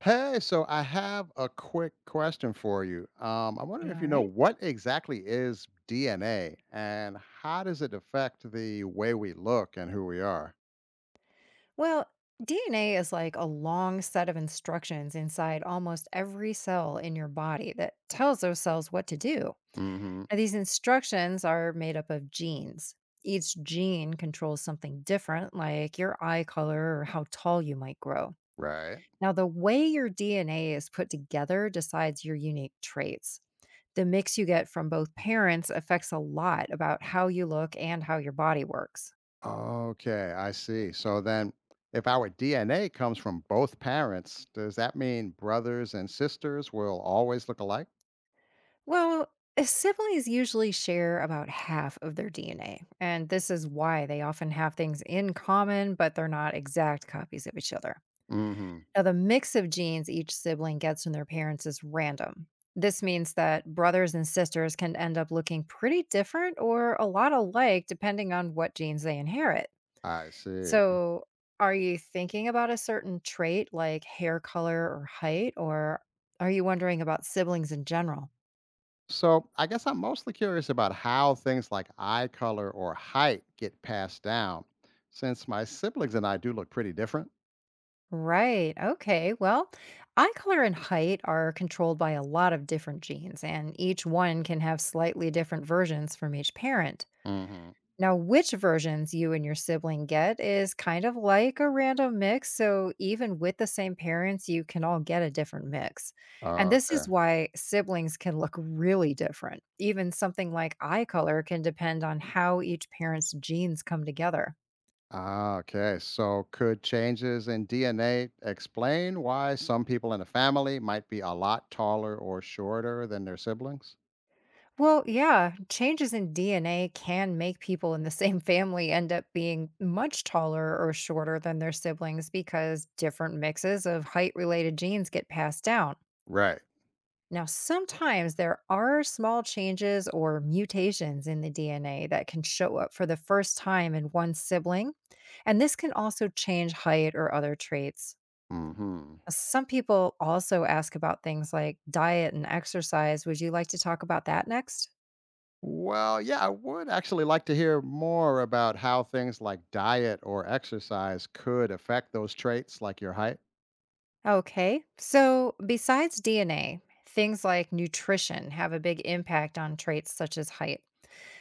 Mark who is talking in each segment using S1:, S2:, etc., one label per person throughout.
S1: Hey, so I have a quick question for you. I wonder if
S2: All
S1: you know
S2: right.
S1: what exactly is DNA and how does it affect the way we look and who we are?
S2: Well, DNA is like a long set of instructions inside almost every cell in your body that tells those cells what to do.
S1: Hmm.
S2: Now, these instructions are made up of genes. Each gene controls something different, like your eye color or how tall you might grow.
S1: Right.
S2: Now, the way your DNA is put together decides your unique traits. The mix you get from both parents affects a lot about how you look and how your body works.
S1: Okay, I see. So then, if our DNA comes from both parents, does that mean brothers and sisters will always look alike?
S2: Well, siblings usually share about half of their DNA, and this is why they often have things in common, but they're not exact copies of each other.
S1: Hmm.
S2: Now, the mix of genes each sibling gets from their parents is random. This means that brothers and sisters can end up looking pretty different or a lot alike depending on what genes they inherit.
S1: I see.
S2: So, are you thinking about a certain trait like hair color or height, or are you wondering about siblings in general?
S1: So I guess I'm mostly curious about how things like eye color or height get passed down, since my siblings and I do look pretty different.
S2: Right. Okay. Well, eye color and height are controlled by a lot of different genes, and each one can have slightly different versions from each parent.
S1: Hmm.
S2: Now, which versions you and your sibling get is kind of like a random mix. So, even with the same parents, you can all get a different mix. And this is
S1: Okay.
S2: why siblings can look really different. Even something like eye color can depend on how each parent's genes come together.
S1: Ah, okay. So could changes in DNA explain why some people in a family might be a lot taller or shorter than their siblings?
S2: Well, yeah, changes in DNA can make people in the same family end up being much taller or shorter than their siblings because different mixes of height related genes get passed down.
S1: Right.
S2: Now, sometimes there are small changes or mutations in the DNA that can show up for the first time in one sibling, and this can also change height or other traits.
S1: Hmm.
S2: Some people also ask about things like diet and exercise. Would you like to talk about that next?
S1: Well, yeah, I would actually like to hear more about how things like diet or exercise could affect those traits, like your height.
S2: Okay. So, besides DNA, things like nutrition have a big impact on traits such as height.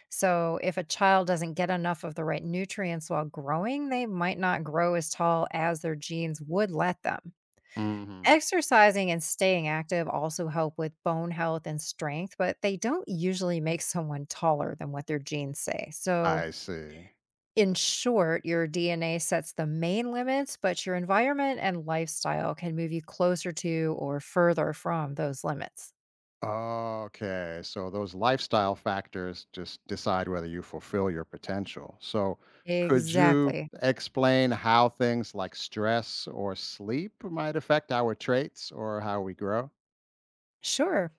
S2: So, if a child doesn't get enough of the right nutrients while growing, they might not grow as tall as their genes would let them.
S1: Hmm.
S2: Exercising and staying active also help with bone health and strength, but they don't usually make someone taller than what their genes say. So,
S1: I see.
S2: in short, your DNA sets the main limits, but your environment and lifestyle can move you closer to or further from those limits.
S1: Okay. So those lifestyle factors just decide whether you fulfill your potential. So could you
S2: Exactly.
S1: explain how things like stress or sleep might affect our traits or how we grow?
S2: Sure.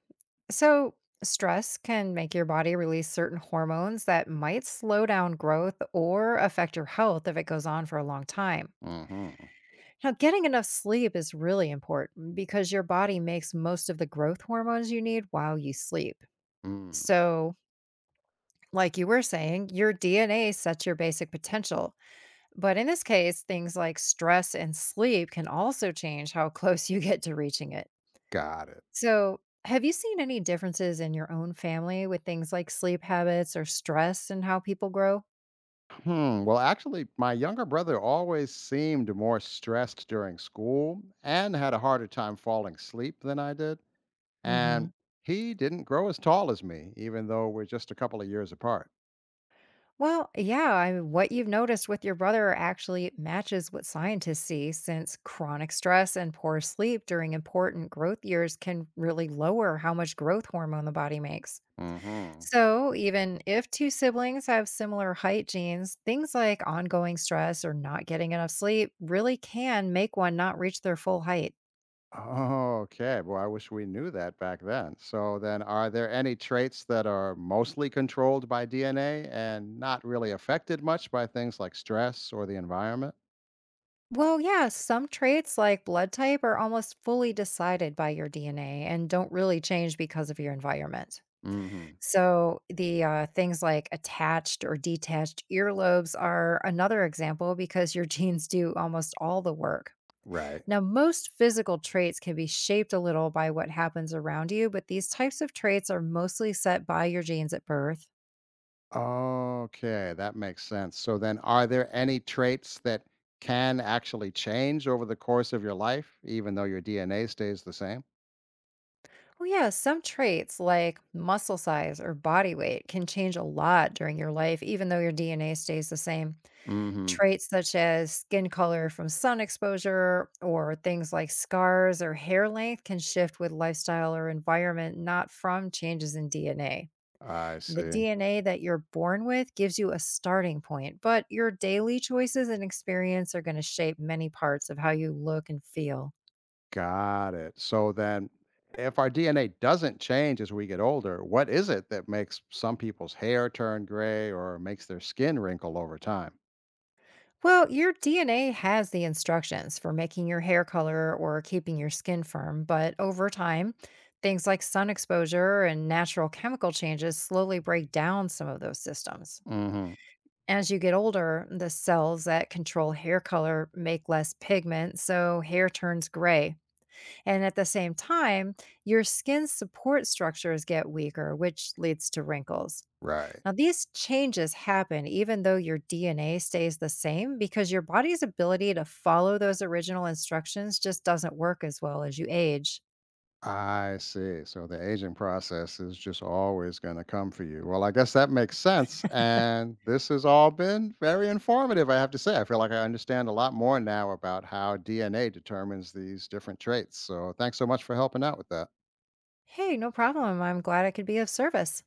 S2: So, stress can make your body release certain hormones that might slow down growth or affect your health if it goes on for a long time.
S1: Mm-hmm.
S2: Now, getting enough sleep is really important because your body makes most of the growth hormones you need while you sleep.
S1: Mm,
S2: So, like you were saying, your DNA sets your basic potential. But in this case, things like stress and sleep can also change how close you get to reaching it.
S1: got it.
S2: So, have you seen any differences in your own family with things like sleep habits or stress and how people grow?
S1: Hmm. Well, actually, my younger brother always seemed more stressed during school and had a harder time falling asleep than I did. And
S2: hmm
S1: he didn't grow as tall as me, even though we're just a couple of years apart.
S2: Well, yeah, I, mean, what you've noticed with your brother actually matches what scientists see since chronic stress and poor sleep during important growth years can really lower how much growth hormone the body makes.
S1: Mm-hmm.
S2: So, even if two siblings have similar height genes, things like ongoing stress or not getting enough sleep really can make one not reach their full height.
S1: Oh, okay. Well, I wish we knew that back then. So then are there any traits that are mostly controlled by DNA and not really affected much by things like stress or the environment?
S2: Well, yeah, some traits like blood type are almost fully decided by your DNA and don't really change because of your environment.
S1: Mm-hmm.
S2: So, the things like attached or detached earlobes are another example because your genes do almost all the work.
S1: Right.
S2: Now, most physical traits can be shaped a little by what happens around you, but these types of traits are mostly set by your genes at birth.
S1: Okay, that makes sense. So then are there any traits that can actually change over the course of your life, even though your DNA stays the same?
S2: Oh, yeah, some traits like muscle size or body weight can change a lot during your life, even though your DNA stays the same.
S1: Mm-hmm.
S2: Traits such as skin color from sun exposure or things like scars or hair length can shift with lifestyle or environment, not from changes in DNA.
S1: I
S2: And the
S1: see.
S2: DNA that you're born with gives you a starting point, but your daily choices and experience are going to shape many parts of how you look and feel.
S1: Got it. So then, if our DNA doesn't change as we get older, what is it that makes some people's hair turn gray or makes their skin wrinkle over time?
S2: Well, your DNA has the instructions for making your hair color or keeping your skin firm, but over time, things like sun exposure and natural chemical changes slowly break down some of those systems.
S1: Hmm.
S2: As you get older, the cells that control hair color make less pigment, so hair turns gray. And at the same time, your skin's support structures get weaker, which leads to wrinkles.
S1: Right.
S2: Now, these changes happen even though your DNA stays the same because your body's ability to follow those original instructions just doesn't work as well as you age.
S1: I see. So the aging process is just always going to come for you. Well, I guess that makes sense. And this has all been very informative, I have to say. I feel like I understand a lot more now about how DNA determines these different traits. So thanks so much for helping out with that.
S2: Hey, no problem. I'm glad I could be of service.